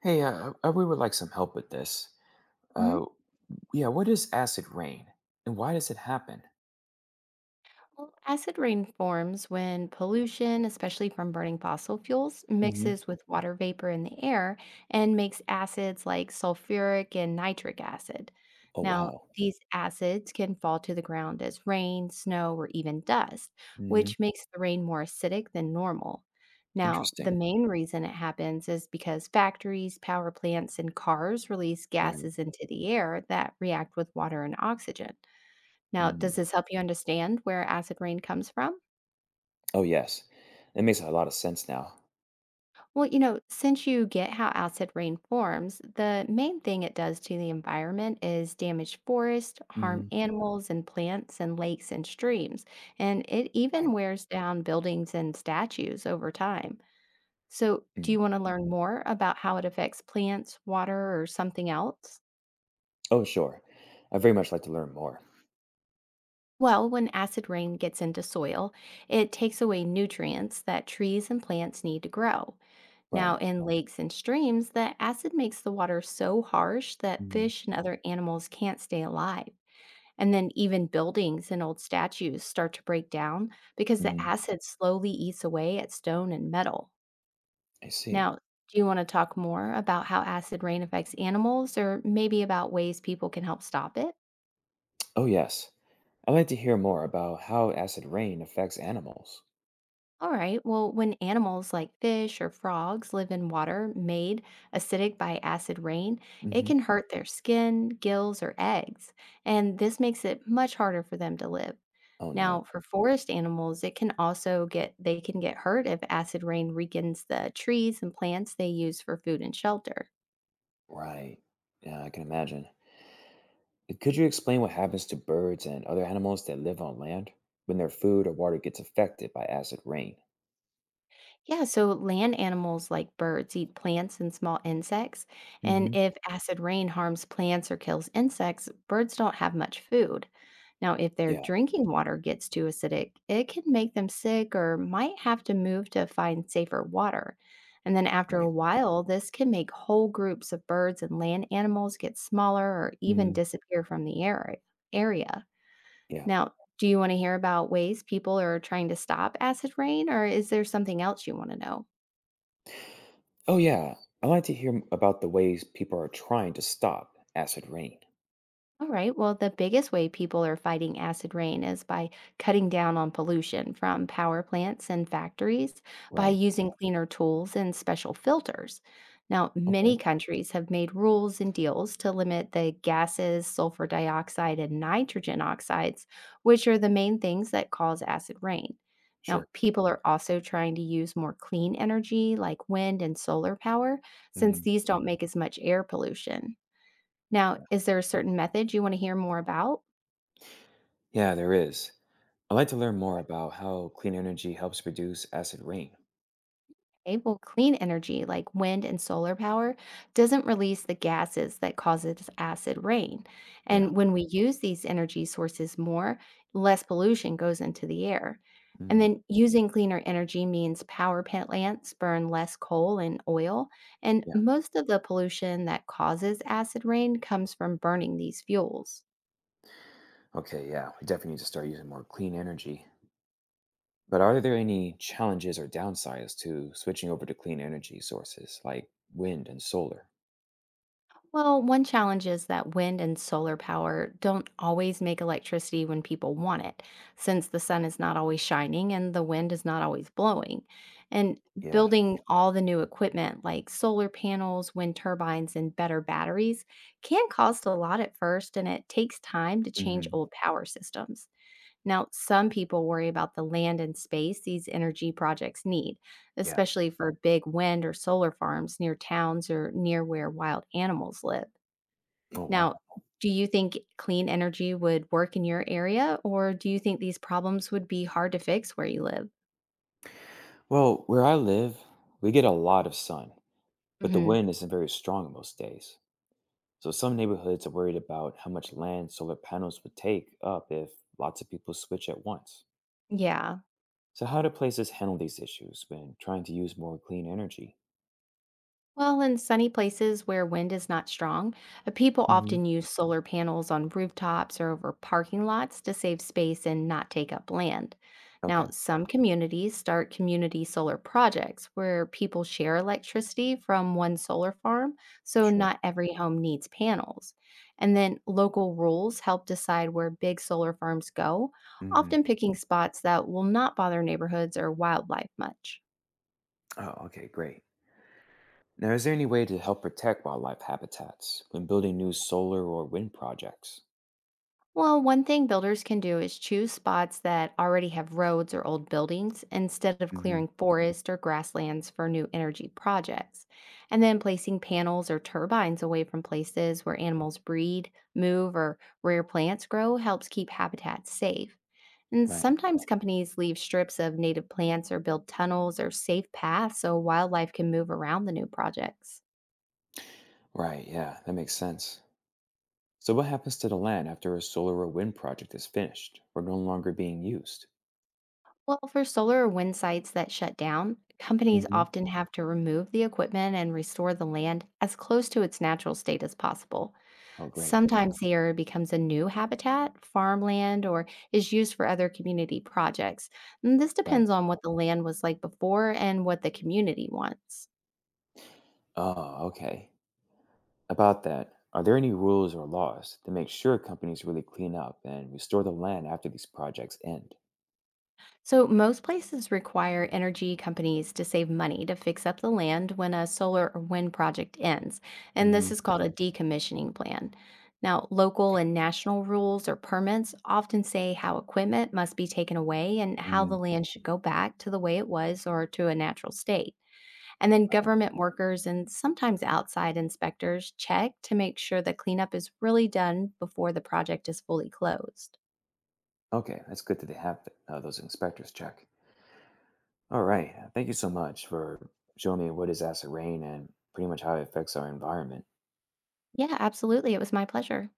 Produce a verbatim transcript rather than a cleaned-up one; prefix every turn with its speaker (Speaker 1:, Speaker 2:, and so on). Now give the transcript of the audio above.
Speaker 1: Hey, uh, uh, we would like some help with this.
Speaker 2: Mhm.
Speaker 1: Uh, yeah, what is acid rain and why does it happen?
Speaker 2: Well, acid rain forms when pollution, especially from burning fossil fuels,
Speaker 1: Hmm.
Speaker 2: mixes with water vapor in the air and makes acids like sulfuric and nitric acid.
Speaker 1: Oh,
Speaker 2: Now,
Speaker 1: wow.
Speaker 2: these acids can fall to the ground as rain, snow, or even dust,
Speaker 1: Hmm.
Speaker 2: which makes the rain more acidic than normal. Now, the
Speaker 1: Interesting.
Speaker 2: main reason it happens is because factories, power plants, and cars release
Speaker 1: Right.
Speaker 2: gases into the air that react with water and oxygen. Now, does
Speaker 1: Mm.
Speaker 2: this help you understand where acid rain comes from?
Speaker 1: Oh, yes. That makes a lot of sense now.
Speaker 2: Well, you know, since you get how acid rain forms, the main thing it does to the environment is damage forests, harm
Speaker 1: Hmm.
Speaker 2: animals and plants and lakes and streams, and it
Speaker 1: Right.
Speaker 2: even wears down buildings and statues over time. So, do
Speaker 1: Mm.
Speaker 2: you want to learn more about how it affects plants, water, or something else?
Speaker 1: Oh, sure. I very much like to learn more.
Speaker 2: Well, when acid rain gets into soil, it takes away nutrients that trees and plants need to grow. Now,
Speaker 1: Right.
Speaker 2: in lakes and streams, the acid makes the water so harsh that
Speaker 1: Hmm.
Speaker 2: fish and other animals can't stay alive. And then even buildings and old statues start to break down because the
Speaker 1: Hmm.
Speaker 2: acid slowly eats away at stone and metal.
Speaker 1: I see.
Speaker 2: Now, do you want to talk more about how acid rain affects animals or maybe about ways people can help stop it?
Speaker 1: Oh, yes. I'd like to hear more about how acid rain affects animals.
Speaker 2: All right. Well, when animals like fish or frogs live in water made acidic by acid rain, it
Speaker 1: Hmm.
Speaker 2: can hurt their skin, gills, or eggs. And this makes it much harder for them to live.
Speaker 1: Oh,
Speaker 2: Now,
Speaker 1: no.
Speaker 2: for forest animals, it can also get, they can get hurt if acid rain weakens the trees and plants they use for food and shelter.
Speaker 1: Right. Yeah, I can imagine. Could you explain what happens to birds and other animals that live on land when their food or water gets affected by acid rain?
Speaker 2: Yeah, so land animals like birds eat plants and small insects. And
Speaker 1: Hmm.
Speaker 2: if acid rain harms plants or kills insects, birds don't have much food. Now, if their
Speaker 1: Yeah,
Speaker 2: drinking water gets too acidic, it can make them sick or might have to move to find safer water. And then after a
Speaker 1: right.
Speaker 2: while, this can make whole groups of birds and land animals get smaller or even
Speaker 1: Mm,
Speaker 2: disappear from the area. area.
Speaker 1: yeah.
Speaker 2: Now, do you want to hear about ways people are trying to stop acid rain, or is there something else you want to know?
Speaker 1: Oh, yeah. I'd like to hear m- about the ways people are trying to stop acid rain.
Speaker 2: All right. Well, the biggest way people are fighting acid rain is by cutting down on pollution from power plants and factories by
Speaker 1: Right.
Speaker 2: using cleaner tools and special filters. Now,
Speaker 1: Okay.
Speaker 2: many countries have made rules and deals to limit the gases, sulfur dioxide, and nitrogen oxides, which are the main things that cause acid rain.
Speaker 1: Sure.
Speaker 2: Now, people are also trying to use more clean energy like wind and solar power, since
Speaker 1: Hmm.
Speaker 2: these don't make as much air pollution. Now,
Speaker 1: Yeah.
Speaker 2: is there a certain method you want to hear more about?
Speaker 1: Yeah, there is. I'd like to learn more about how clean energy helps reduce acid rain.
Speaker 2: Okay, well, clean energy like wind and solar power doesn't release the gases that causes acid rain.
Speaker 1: Yeah.
Speaker 2: And when we use these energy sources more, less pollution goes into the air. And
Speaker 1: Hmm.
Speaker 2: then using cleaner energy means power plants burn less coal and oil. And
Speaker 1: Yeah.
Speaker 2: most of the pollution that causes acid rain comes from burning these fuels.
Speaker 1: Okay. Yeah. We definitely need to start using more clean energy. But are there any challenges or downsides to switching over to clean energy sources like wind and solar?
Speaker 2: Well, one challenge is that wind and solar power don't always make electricity when people want it, since the sun is not always shining and the wind is not always blowing. And
Speaker 1: Yeah.
Speaker 2: building all the new equipment like solar panels, wind turbines, and better batteries can cost a lot at first, and it takes time to change
Speaker 1: Hmm.
Speaker 2: old power systems. Now, some people worry about the land and space these energy projects need,
Speaker 1: Yeah.
Speaker 2: especially for big wind or solar farms near towns or near where wild animals live.
Speaker 1: Oh, wow.
Speaker 2: Now, do you think clean energy would work in your area, or do you think these problems would be hard to fix where you live?
Speaker 1: Well, where I live, we get a lot of sun, but the
Speaker 2: Mhm.
Speaker 1: wind isn't very strong most days. So some neighborhoods are worried about how much land solar panels would take up if lots of people switch at once.
Speaker 2: Yeah.
Speaker 1: So, how do places handle these issues when trying to use more clean energy?
Speaker 2: Well, in sunny places where wind is not strong, uh, people
Speaker 1: Hmm.
Speaker 2: often use solar panels on rooftops or over parking lots to save space and not take up land.
Speaker 1: Okay.
Speaker 2: Now, some communities start community solar projects where people share electricity from one solar farm, so
Speaker 1: Sure.
Speaker 2: not every home needs panels. And then local rules help decide where big solar farms go,
Speaker 1: Hmm.
Speaker 2: often picking spots that will not bother neighborhoods or wildlife much.
Speaker 1: Oh, okay. Great. Now, is there any way to help protect wildlife habitats when building new solar or wind projects?
Speaker 2: Well, one thing builders can do is choose spots that already have roads or old buildings instead of
Speaker 1: Hmm.
Speaker 2: clearing forest or grasslands for new energy projects. And then placing panels or turbines away from places where animals breed, move, or rare plants grow helps keep habitats safe. And
Speaker 1: Right.
Speaker 2: sometimes companies leave strips of native plants or build tunnels or safe paths so wildlife can move around the new projects.
Speaker 1: Right, yeah, that makes sense. So, what happens to the land after a solar or wind project is finished or no longer being used?
Speaker 2: Well, for solar or wind sites that shut down, companies
Speaker 1: Hmm.
Speaker 2: often have to remove the equipment and restore the land as close to its natural state as possible.
Speaker 1: Oh, great.
Speaker 2: Sometimes the area becomes a new habitat, farmland, or is used for other community projects. And this
Speaker 1: Right.
Speaker 2: depends on what the land was like before and what the community wants.
Speaker 1: Oh, okay. About that, are there any rules or laws to make sure companies really clean up and restore the land after these projects end?
Speaker 2: So, most places require energy companies to save money to fix up the land when a solar or wind project ends, and
Speaker 1: Hmm.
Speaker 2: this is called a decommissioning plan. Now, local
Speaker 1: Okay.
Speaker 2: and national rules or permits often say how equipment must be taken away and how the
Speaker 1: Mm,
Speaker 2: land should go back to the way it was or to a natural state. And then
Speaker 1: right.
Speaker 2: government workers and sometimes outside inspectors check to make sure the cleanup is really done before the project is fully closed.
Speaker 1: Okay, that's good that they have th- uh, those inspectors check. All right. Thank you so much for showing me what is acid rain and pretty much how it affects our environment.
Speaker 2: Yeah, absolutely. It was my pleasure.